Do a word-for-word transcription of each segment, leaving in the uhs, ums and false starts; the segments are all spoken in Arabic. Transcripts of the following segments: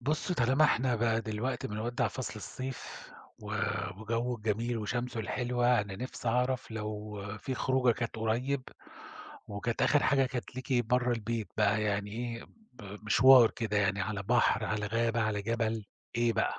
بُص، طالما إحنا بقى دلوقتي بنودّع فصل الصيف و وجوّه الجميل وشمسه الحلوة، أنا نِفْسي أعرف لو في خروجة كانت قريّب وكانت آخِر حاجة كانت ليكِ برّه البيت بقى يعني إيه، ب مشوار كده يعني على بحر، على غابة، على جبل، إيه بقى؟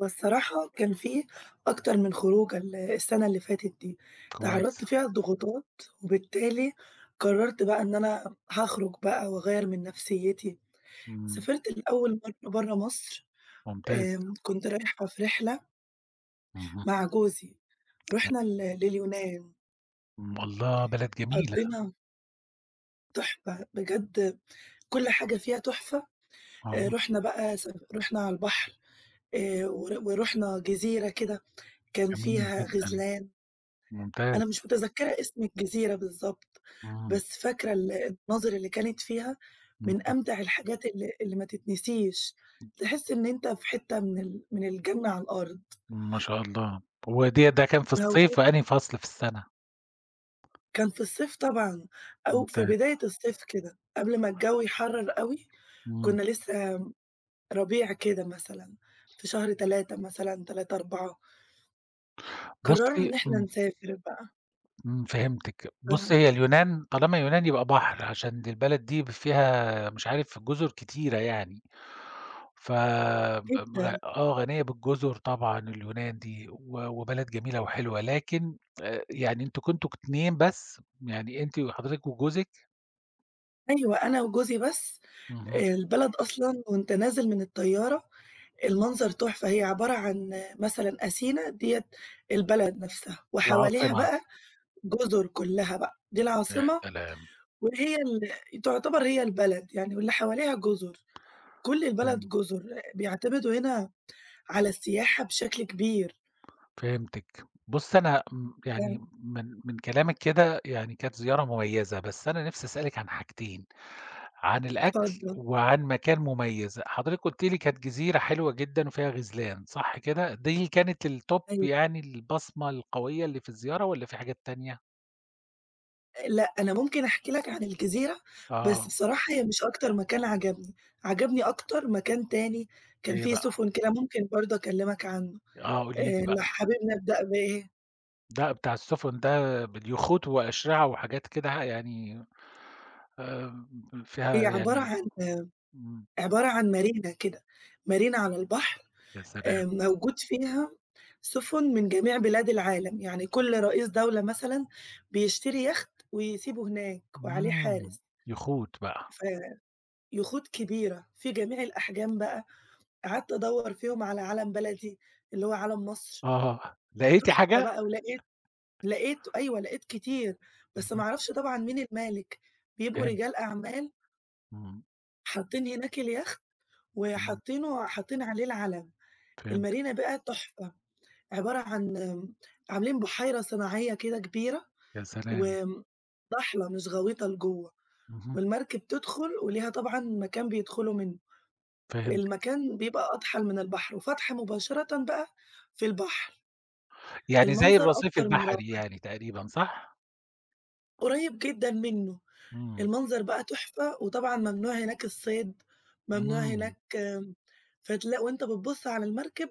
هو الصراحة كان في أكتر من خروجة ال السنة اللي فاتت دي، كويس. تعرّضت فيها لضغوطات وبالتالي قرّرت بقى إن أنا هاخرج بقى وأغيّر من نفسيّتي. إمم. سافرت لأول مرّة برّه مصر. ممتاز. آمم، كنت رايحة في رحلة اهم. مع جوزي. تمام. رُحنا ل لليونان. إمم، الله! بلد جميلة. قضّينا تحفة بجد، كل حاجة فيها تحفة. آآ، آه. رُحنا بقى س رُحنا على البحر. آآ، ور ورُحنا جزيرة كده كان جميل فيها جدًا، غزلان. أنا ممتاز. مش متذكّرة اسم الجزيرة بالضبط، إمم. بس فاكرة ال المناظر اللي كانت فيها من اهم. أمتع الحاجات اللي اللي ما تتنسيش. تحس إن أنت في حتّة من ال من الجنة على الأرض. ما شاء الله. وديّة ده كان في الصيف موجود. في أنهي فصل في السَنة؟ كان في الصيف طبعًا، أو في ممتاز. بداية الصيف كده، قبل ما الجو يحرّر أوي. إمم. كنا لسه ربيع كده مثلًا، في شهر ثلاثة مثلًا، ثلاثة، أربعة قررنا بُصّي، إن إحنا إمم، نسافر بقى. إمم، فهمتِك. بُصّي، ف هي اليونان طالما يونان يبقى بحر، عشان دي البلد دي ب فيها مش عارف جزر كتيرة يعني. ف ب غ جدًا. آه، غنية بالجزر طبعًا اليونان دي و وبلد جميلة وحلوة، لكن آآ يعني أنتم كنتم اتنين بس؟ يعني أنتِ وحضرتِك وجوزِك؟ أيوه، أنا وجوزي بس. اهم، البلد أصلًا وأنت نازل من الطيارة، المنظر تحفة. هي عبارة عن مثلًا أثينا ديّة البلد نفسها، في وحواليها العاصمة. بقى جزر كلّها بقى، دي يا العاصمة، سلام! وهي ال تعتبر هي البلد يعني، واللي حواليها جزر. كل البلد إمم، جزر، بيعتمدوا هنا على السياحة بشكل كبير. فهمتِك. بُصّي، أنا م ف يعني من من كلامِك كده يعني كانت زيارة مميزة، بس أنا نِفْسي أسألِك عن حاجتين. عن الأكل اتفضل. وعن مكان مميز، حضرتِك قُلتِ لي كانت جزيرة حلوة جدًا وفيها غزلان، صح كده؟ دي كانت الtop أيوه. يعني البصمة القوية اللي في الزيارة والّا في حاجات تانية؟ لأ، أنا ممكن أحكي لك عن الجزيرة، بس آه، بصراحة هي مش أكتر مكان عجبني. عجبني أكتر مكان تاني كان إيه فيه بقى؟ سفن كده، ممكن برضه أكلّمك عنه. آه، قولي لي آآ لو بقى. حابب نبدأ بإيه؟ ده بتاع السفن ده باليخوت وأشرعة وحاجات كده يعني آآ، فيها هي عبارة يعني. عن إمم، عبارة عن مارينا كده، مارينا على البحر. يا سلام! آآ موجود فيها سفن من جميع بلاد العالم. يعني كل رئيس دولة مثلًا بيشتري يخت ويسيبه هناك وعليه إمم، حارس. يخوت بقى. فيخوت كبيرة في جميع الأحجام بقى. قعدت أدوّر فيهم على علم بلدي، اللي هو علم مصر. آه، لقيتِ تحفة حاجة؟ بقى، ولقيت لقيت أيوه، لقيت كتير، بس ما اهم، أعرفش طبعًا مين المالك. بيبقوا رجال فهمتِك. أعمال إمم، حاطين هناك اليخت إمم، وحاطينه حاطين عليه العلم. فهمتِك، المارينا بقى تحفة. عبارة عن آمم، عاملين بحيرة صناعية كده كبيرة، يا سلام! وآمم، ضحلة مش غويطة لجوّه. اهم. والمركب تدخل وليها طبعًا مكان بيدخلوا منه، فهمتِك، المكان بيبقى أضحل من البحر وفاتحة مباشرةً بقى في البحر. يعني زي المنظر الرصيف أكتر من البحري رائع، يعني تقريبًا صح؟ قريب جدًا منه. إمم، المنظر بقى تحفة. وطبعًا ممنوع هناك الصيد، ممنوع إمم، هناك آمم، فتلا وأنت بتبُص على المركب،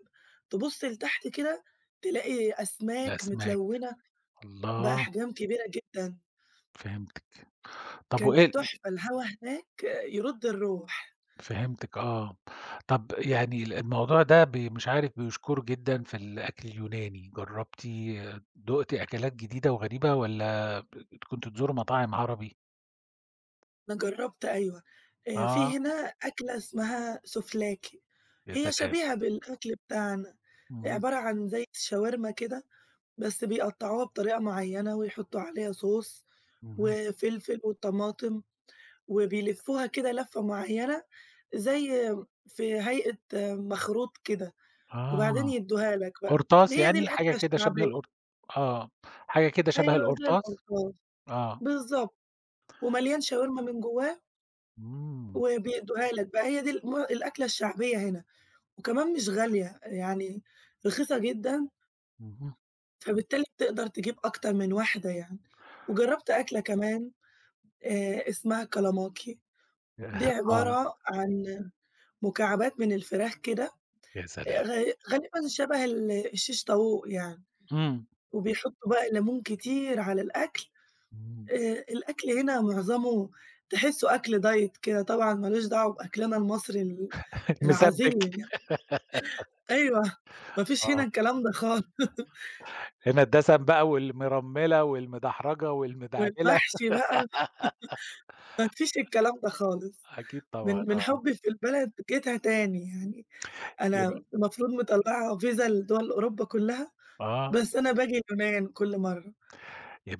تبُص لتحت كده تلاقي أسماك الأسماك، متلونة الله! بأحجام كبيرة جدًا. فهمتِك. طب كانت وإيه ال تحفة، الهوا هناك يرُد الروح. فهمتِك، آه. طب يعني ال الموضوع ده ب مش عارف بيُشكُر جدًا في الأكل اليوناني، جرّبتِ دُقتِ أكلات جديدة وغريبة والّا ب كنتم بتزوروا مطاعم عربي؟ أنا جرّبت أيوه. آآ، آه، في هنا أكلة اسمها سوفلاكي، يا هي سلام. شبيهة بالأكل بتاعنا. اهم. عبارة عن زي الشاورما كده، بس بيقطّعوها بطريقة معيّنة ويحطّوا عليها صوص اهم. وفلفل وطماطم، وبيلفّوها كده لَفّة معيّنة زي في هيئة مخروط كده، وبعدين آه، يدّوها لك بقى. قرطاس هي دي يعني حاجة الأكلة كده شبه الشعبية. القر آه، حاجة كده شبه أيوه زي القرطاس؟ القرطاس، آه. بالضبط، ومليان شاورما من جوّاه إمم. وبيدّوها لك بقى. هي دي الم الأكلة الشعبية هنا، وكمان مش غالية، يعني رخيصة جدًا. اهم. فبالتالي بتقدر تجيب أكتر من واحدة يعني. وجرّبت أكلة كمان آآ اسمها كالاماكي. دي آه، عبارة عن مكعبات من الفراخ كده. يا آآ سلام! غ غالبًا شبه ال الشيش طاووق يعني. إمم، وبيحطّوا بقى ليمون كتير على الأكل. إمم، آآ الأكل هنا معظمه تحسّه أكل دايت كده، طبعًا ما لوش دعوة بأكلنا المصري ال العظيم المسبِّك. يعني. أيوه، ما فيش هنا آه، الكلام ده خالص هنا الدسم بقى والمرمّلة والمدحرجة والمدعبلة والمحشي بقى ما فيش الكلام ده خالص. أكيد طبعًا من من آه. حبي في البلد جيتها تاني يعني، يبقى أنا المفروض مطلّعة فيزا لدول أوروبا كلّها، آه، بس أنا باجي اليونان كل مرّة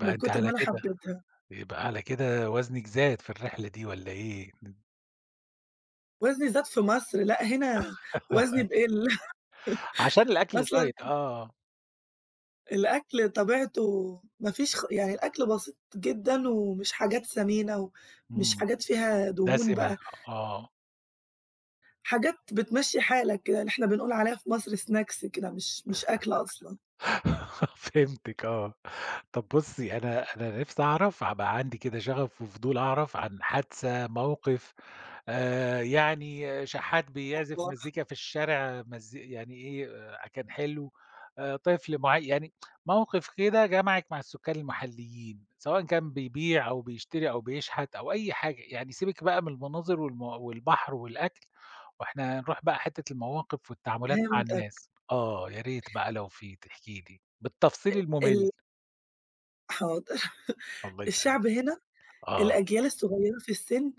من أنتِ كتر ما على أنا كده حبيتها. يبقى على كده وزنِك زاد في الرحلة دي والّا إيه؟ وزني زاد في مصر، لأ هنا وزني بيقل عشان الأكل أصلًا دايت آه. الأكل طبيعته، ما فيش خ يعني الأكل بسيط جدًا ومش حاجات سمينة ومش إمم، حاجات فيها دهون دسمة. بقى. آه. حاجات بتمشّي حالك كده، اللي إحنا بنقول عليها في مصر snacks كده، مش مش أكل أصلًا. فهمتِك آه. طب بُصّي، أنا أنا نِفْسي أعرف بقى عندي كده شغف وفضول أعرف عن حادثة، موقف، آآ يعني شحات آه، بيعزف مزيكا في الشارع مز يعني إيه، آآ كان حلو، آآ طفل معي يعني موقف كده جمعِك مع السُكّان المحليين، سواء كان بيبيع أو بيشتري أو بيشحت أو أي حاجة، يعني سيبِك بقى من المناظر والم والبحر والأكل، وإحنا نروح بقى حتّة المواقف والتعاملات مع فهمتك. الناس. آه، يا ريت بقى لو في تحكي لي، بالتفصيل المُمِل. ال حاضر. الله يسلمك. الشعب هنا، آه، الأجيال الصغيّرة في السِن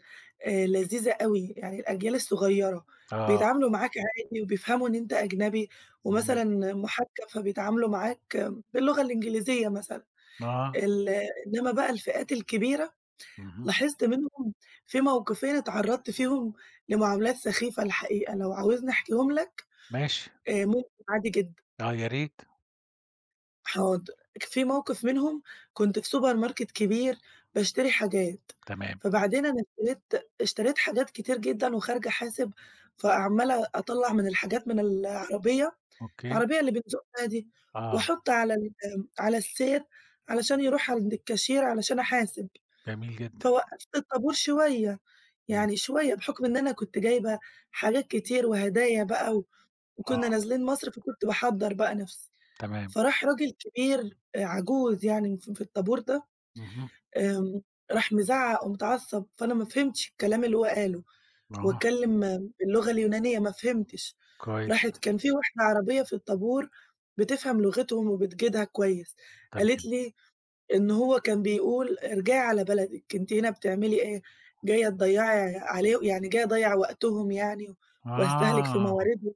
آآ لذيذة أوي، يعني الأجيال الصغيّرة آه، بيتعاملوا معاك عادي وبيفهموا إن أنت أجنبي إمم، ومثلًا محجّب، فبيتعاملوا معاك باللغة الإنجليزية مثلًا. آه، ال إنّما بقى الفئات الكبيرة، اهم، لاحظت منهم في موقِفين اتعرّضت فيهم لمعاملات سخيفة الحقيقة. لو عاوزني أحكيهم لك ماشي، آآ ممكن عادي جدًا. آه، يا ريت، حاضر. في موقف منهم كنت في سوبر ماركت كبير باشتري حاجات. تمام، فبعدين أنا اشتريت اشتريت حاجات كتير جدًا وخارجة أحاسب، فعمّالة أطلّع من الحاجات من العربية، أوكي، العربية اللي بنزُقها دي، آه، وأحُط على ال على السير علشان يروح عند الكاشير علشان أحاسب. جميل جدًا، فوقّفت الطابور شوية، إمم، يعني شوية بحُكم إن أنا كنت جايبة حاجات كتير وهدايا بقى، و آه، وكُنّا نازلين مصر، فكنت باحضّر بقى نَفْسي. تمام، فراح راجل كبير آآ عجوز يعني ف في الطابور ده. اهم، آمم، راح مزعّق ومتعصب، فأنا ما فهمتش الكلام اللي هو قاله. هو آه، اتكلم باللغة اليونانية ما فهمتش. كويس، راحت كان في واحدة عربية في الطابور بتفهم لغتهم وبتجيدها كويس، قالت تمام، لي إن هو كان بيقول ارجعي على بلدِك، أنتِ هنا بتعملي إيه؟ جاية تضيّعي عليه، يعني جاية أضيّع وقتهم يعني واستهلك في آه، مواردهم.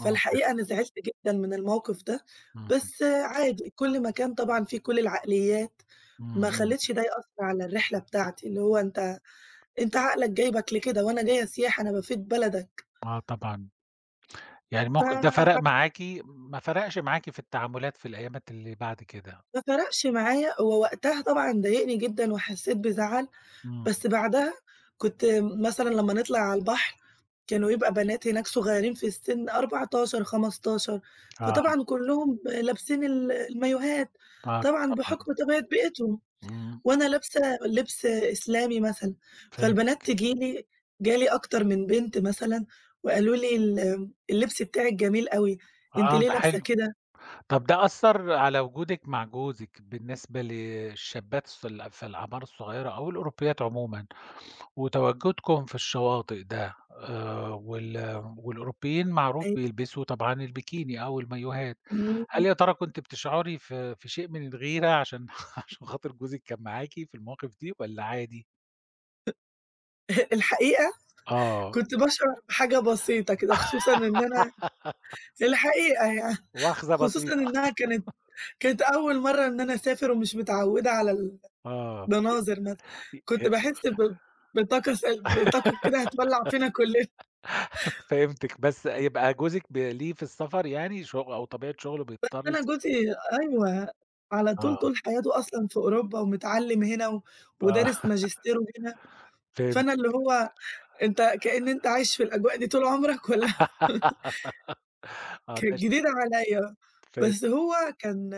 آه، فهمت، أنا زعلت جدًا من الموقف ده، إمم، بس عادي كل مكان طبعًا فيه كل العقليات. إمم، ما إمم، خلّيتش ده يأثّر على الرحلة بتاعتي، اللي هو أنت أنت عقلك جايبك لكده، وأنا جاية سياحة أنا بافيد بلدك. آه طبعًا. يعني الموقف ده فرق ف معاكِ؟ ما فرقش معاكِ في التعاملات في الأيامات اللي بعد كده؟ ما فرقش معايا، هو وقتها طبعًا ضايقني جدًا وحسّيت بزعل، إمم، بس بعدها كنت مثلًا لمّا نطلع على البحر كانوا يبقى بنات هناك صغيّرين في السِن أربعة عشر، خمستاشر. آه، فطبعًا كلّهم لابسين ال المايوهات، آه، طبعًا طبعًا، بحكم طبيعة بيئتهم. إمم، وأنا لابسة لبس إسلامي مثلًا، فهمت، فالبنات تيجي لي، جالي أكتر من بنت مثلًا وقالوا لي: "ال اللبس بتاعِك جميل أوي، أنتِ آه، ليه ده لابسة حلو. كده؟" طب ده أثّر على وجودِك مع جوزِك بالنسبة للشابات الص ال في الأعمار الصغيرة أو الأوروبيات عمومًا، وتواجدكم في الشواطئ ده آآ، وال والأوروبيين معروف بيلبسوا طبعًا البيكيني أو المايوهات. هل يا ترى كنتِ بتشعري في في شيء من الغيرة عشان عشان خاطر جوزِك كان معاكِ في المواقف دي والّا عادي؟ الحقيقة آه، كنت باشعر بحاجة بسيطة كده، خصوصًا إن أنا الحقيقة يعني، واخذة خصوصًا بسيطة، إنها كانت كانت أول مرّة إن أنا أسافر ومش متعودة على آه، المناظر مثلًا. كنت ي باحس ب بطاقة سل بطاقة كده هتولّع فينا كلنا. فهمتِك، بس يبقى جوزِك ب ليه في السفر يعني شغ أو طبيعة شغله بيضطر أنا يسافر. جوزي أيوه، على طول آه. طول حياته أصلًا في أوروبا ومتعلّم هنا، و ودارس ف ماجستيره هنا. فأنا اللي فهمتِك. هو أنت كأن أنت عايش في الأجواء دي طول عمرك والّا آه، كانت ده شيء جديدة عليّا. بس فهمت. هو كان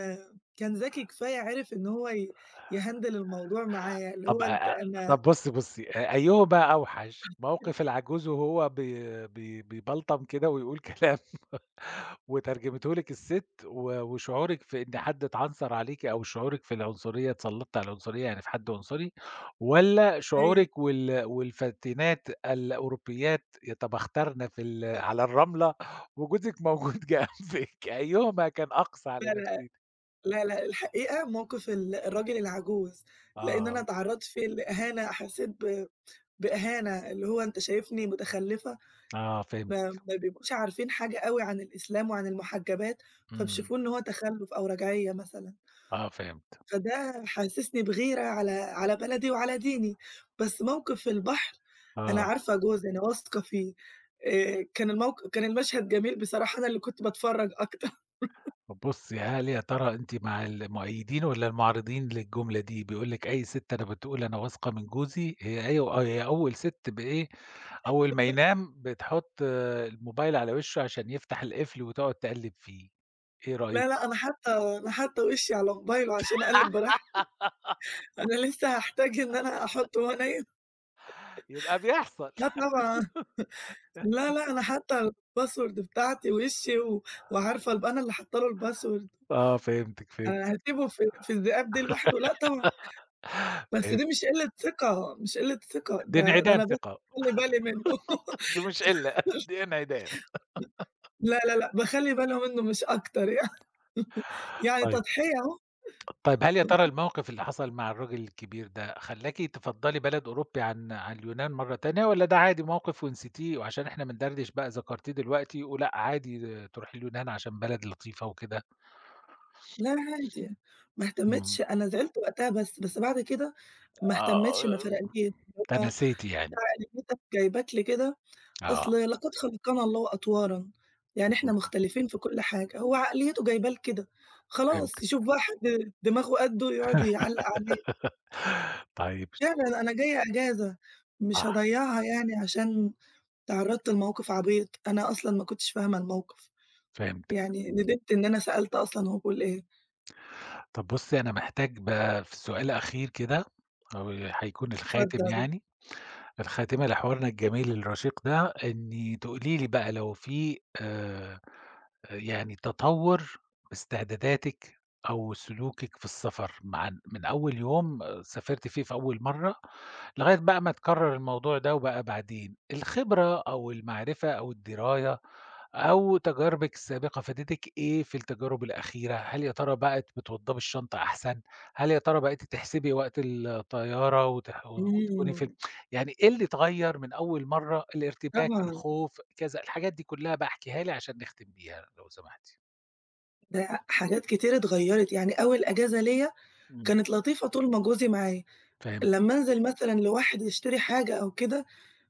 كان ذكي كفاية، عرف إن هو ي يhandle الموضوع معايا. اللي هو طب أنت أ أ أنا طب بُصّي، بُصّي، أ أيهُم بقى أوحش، موقف العجوز وهو بي بي بيبلطم كده ويقول كلام، وترجمته لِك السِت و وشعورِك في إن حد اتعنصر عليكِ أو شعورِك في العنصرية اتسلطتِ على العنصرية، يعني في حد عنصري، والّا أيوه. شعورِك وال والفتيات الأوروبيات يتبخترن في ال على الرملة وجوزِك موجود جنبِك، أيهُما كان أقسى على لا، لا، نفسيتِك؟ لا، لا، الحقيقة موقف ال الراجل العجوز، لإن أنا آه، اتعرّضت فيه لإهانة، حسيت ب بإهانة. اللي هو أنت شايفني متخلّفة؟ آه، فهمت. ما ما بيبقوش عارفين حاجة أوي عن الإسلام وعن المحجبات، إمم، فبيشوفوه إن هو تخلُّف أو رجعية مثلًا. آه فهمت، فده حسّسني بغيرة على على بلدي وعلى ديني. بس موقف البحر، أنا آه، عارفة جوزي، أنا واثقة فيه. آآ كان الموق كان المشهد جميل بصراحة، أنا اللي كنت باتفرّج أكتر. بُصّي هل يا ترى أنتِ مع المؤيدين والّا المعارضين للجملة دي؟ بيقول لِك أي ست أنا بتقول أنا واثقة من جوزي، هي أيوه هي أول ست بإيه، أول ما ينام بتحط آه، الموبايل على وشه عشان يفتح القفل وتقعد تقلِّب فيه، إيه رأيِك؟ لا، لأ، أنا حاطة أنا حاطة وشّي على موبايله عشان أقلِّب براحتي. أنا لسه هاحتاج إن أنا أحُطّه وهو نايم؟ يبقى بيحصل. آه طبعًا. لا، لأ، أنا حاطة الpassword بتاعتي وشّي، و وعارفة الب أنا اللي حاطة له الpassword. آه، فهمتِك، فهمت، أنا هاسيبه في في الذئاب دي لوحده؟ لأ طبعًا. بس فهمت. دي مش قِلّة ثقة، مش قِلّة ثقة. دي ده ده انعدام أنا بس ثقة. باخلّي بالي منه دي مش قِلّة. دي انعدام. لا، لا، لأ، باخلّي بالي منه مش أكتر يعني يعني طيب. تضحية أهو. طيب هل يا ترى الموقف اللي حصل مع الراجل الكبير ده خلّاكِ تفضّلي بلد أوروبي عن عن اليونان مرّة تانية، والّا ده عادي موقف ونسيتيه وعشان إحنا بندردش بقى ذكرتيه دلوقتي ولأ عادي تروحي اليونان عشان بلد لطيفة وكده؟ لا عادي، يعني. ما إمم. اهتمتش، أنا زعلت وقتها بس، بس بعد كده ما آه، اهتمتش، ما فرقليش. اللي هو تناسيتِ أنت يعني. عقليتك جايباك لكده، آه. أصل لقد خلقنا الله أطوارًا. يعني إحنا إمم. مختلفين في كل حاجة، هو عقليته جايباه لكده. خلاص فهمتِك. يشوف بقى حد دماغه قدُّه يقعد يعلّق عليه. طيب. فعلًا أنا جاية إجازة، مش صح. هاضيّعها يعني عشان تعرّضت لموقف عبيط. أنا أصلًا ما كنتش فاهمة الموقف، فهمتِك. يعني ندمت إن أنا سألت أصلًا هو بيقول إيه. طب بُصّي، أنا محتاج بقى في سؤال أخير كده، أو هيكون الخاتم اتفضل. يعني الخاتمة لحوارنا الجميل الرشيق ده، إني تقولي لي بقى لو في آآ آآ يعني تطوّر استعداداتِك أو سلوكِك في السفر مع ال من أول يوم آه، سافرتِ فيه في أول مرّة، لغاية بقى ما اتكرر الموضوع ده وبقى بعدين، الخبرة أو المعرفة أو الدراية أو تجاربِك السابقة فادتِك إيه في التجارب الأخيرة؟ هل يا ترى بقت بتوضّبي الشنطة أحسن؟ هل يا ترى بقيتِ تحسبي وقت الطيارة وتح وتكوني في إمم. يعني إيه اللي اتغيّر من أول مرّة، الارتباك، طبعًا الخوف، كذا، الحاجات دي كلّها بقى احكيها لي عشان نختم بيها لو سمحتِ. ده حاجات كتير اتغيّرت. يعني أول إجازة ليّا إمم. كانت لطيفة طول ما جوزي معايا. فهمت، لمّا أنزل مثلًا لوحدي أشتري حاجة أو كده،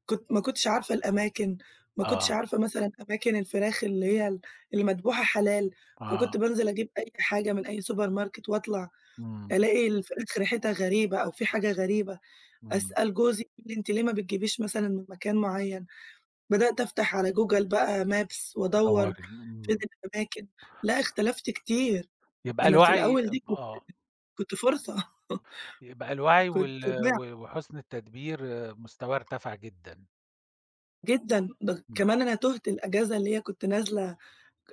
كنت ما كنتش عارفة الأماكن، ما كنتش آه، عارفة مثلًا أماكن الفراخ اللي هي ال المدبوحة حلال. فكنت آه، بانزل أجيب أي حاجة من أي سوبر ماركت وأطلع، إمم، ألاقي ال في الآخر ريحتها غريبة أو في حاجة غريبة. إمم، أسأل جوزي يقول لي: "أنتِ ليه ما بتجيبيش مثلًا من مكان معيّن؟" بدأت أفتح على جوجل بقى maps وأدوّر تدوّري، إمم، فين الأماكن. لأ اختلفت كتير. يبقى أنا في الوعي الأول دي كنت آه، كنت فرصة يبقى الوعي كنت وال ضايعة و وحُسن التدبير، آه، مستواه ارتفع جدًا، جدًا. ده إمم، كمان أنا تُهت الأجازة اللي هي كنت نازلة،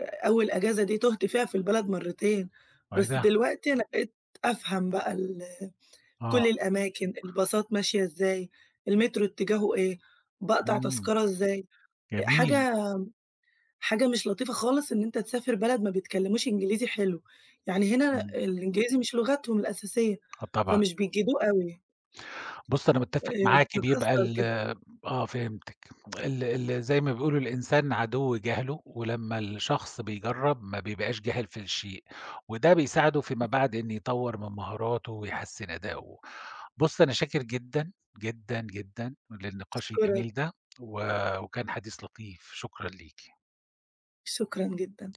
أول أجازة دي تُهت فيها في البلد مرّتين. بس وده، دلوقتي أنا بقيت أفهم بقى ال كل آه، الأماكن، الباصات ماشية إزاي، المترو اتجاهه إيه، باقطع إمم، تذكرة إزاي. أ جميل، حاجة حاجة مش لطيفة خالص إن أنت تسافر بلد ما بيتكلموش إنجليزي حلو، يعني هنا إمم، الإنجليزي مش لغتهم الأساسية، آه طبعًا. فمش بيجيدوه أوي. بُصّي، أنا متّفق آآ، معاكِ بيبقى مكسّر ال كده. آه، فهمتِك. ال ال زي ما بيقولوا الإنسان عدو جهله، ولمّا الشخص بيجرّب ما بيبقاش جاهل في الشيء، وده بيساعده فيما بعد إن يطوّر من مهاراته ويحسّن أداؤه. بُصّي، أنا شاكر جدًا، جدًا، جدًا للنقاش الجميل أشكرك. ده، و وكان حديث لطيف، شكرًا ليكِ. شكرًا جدًا.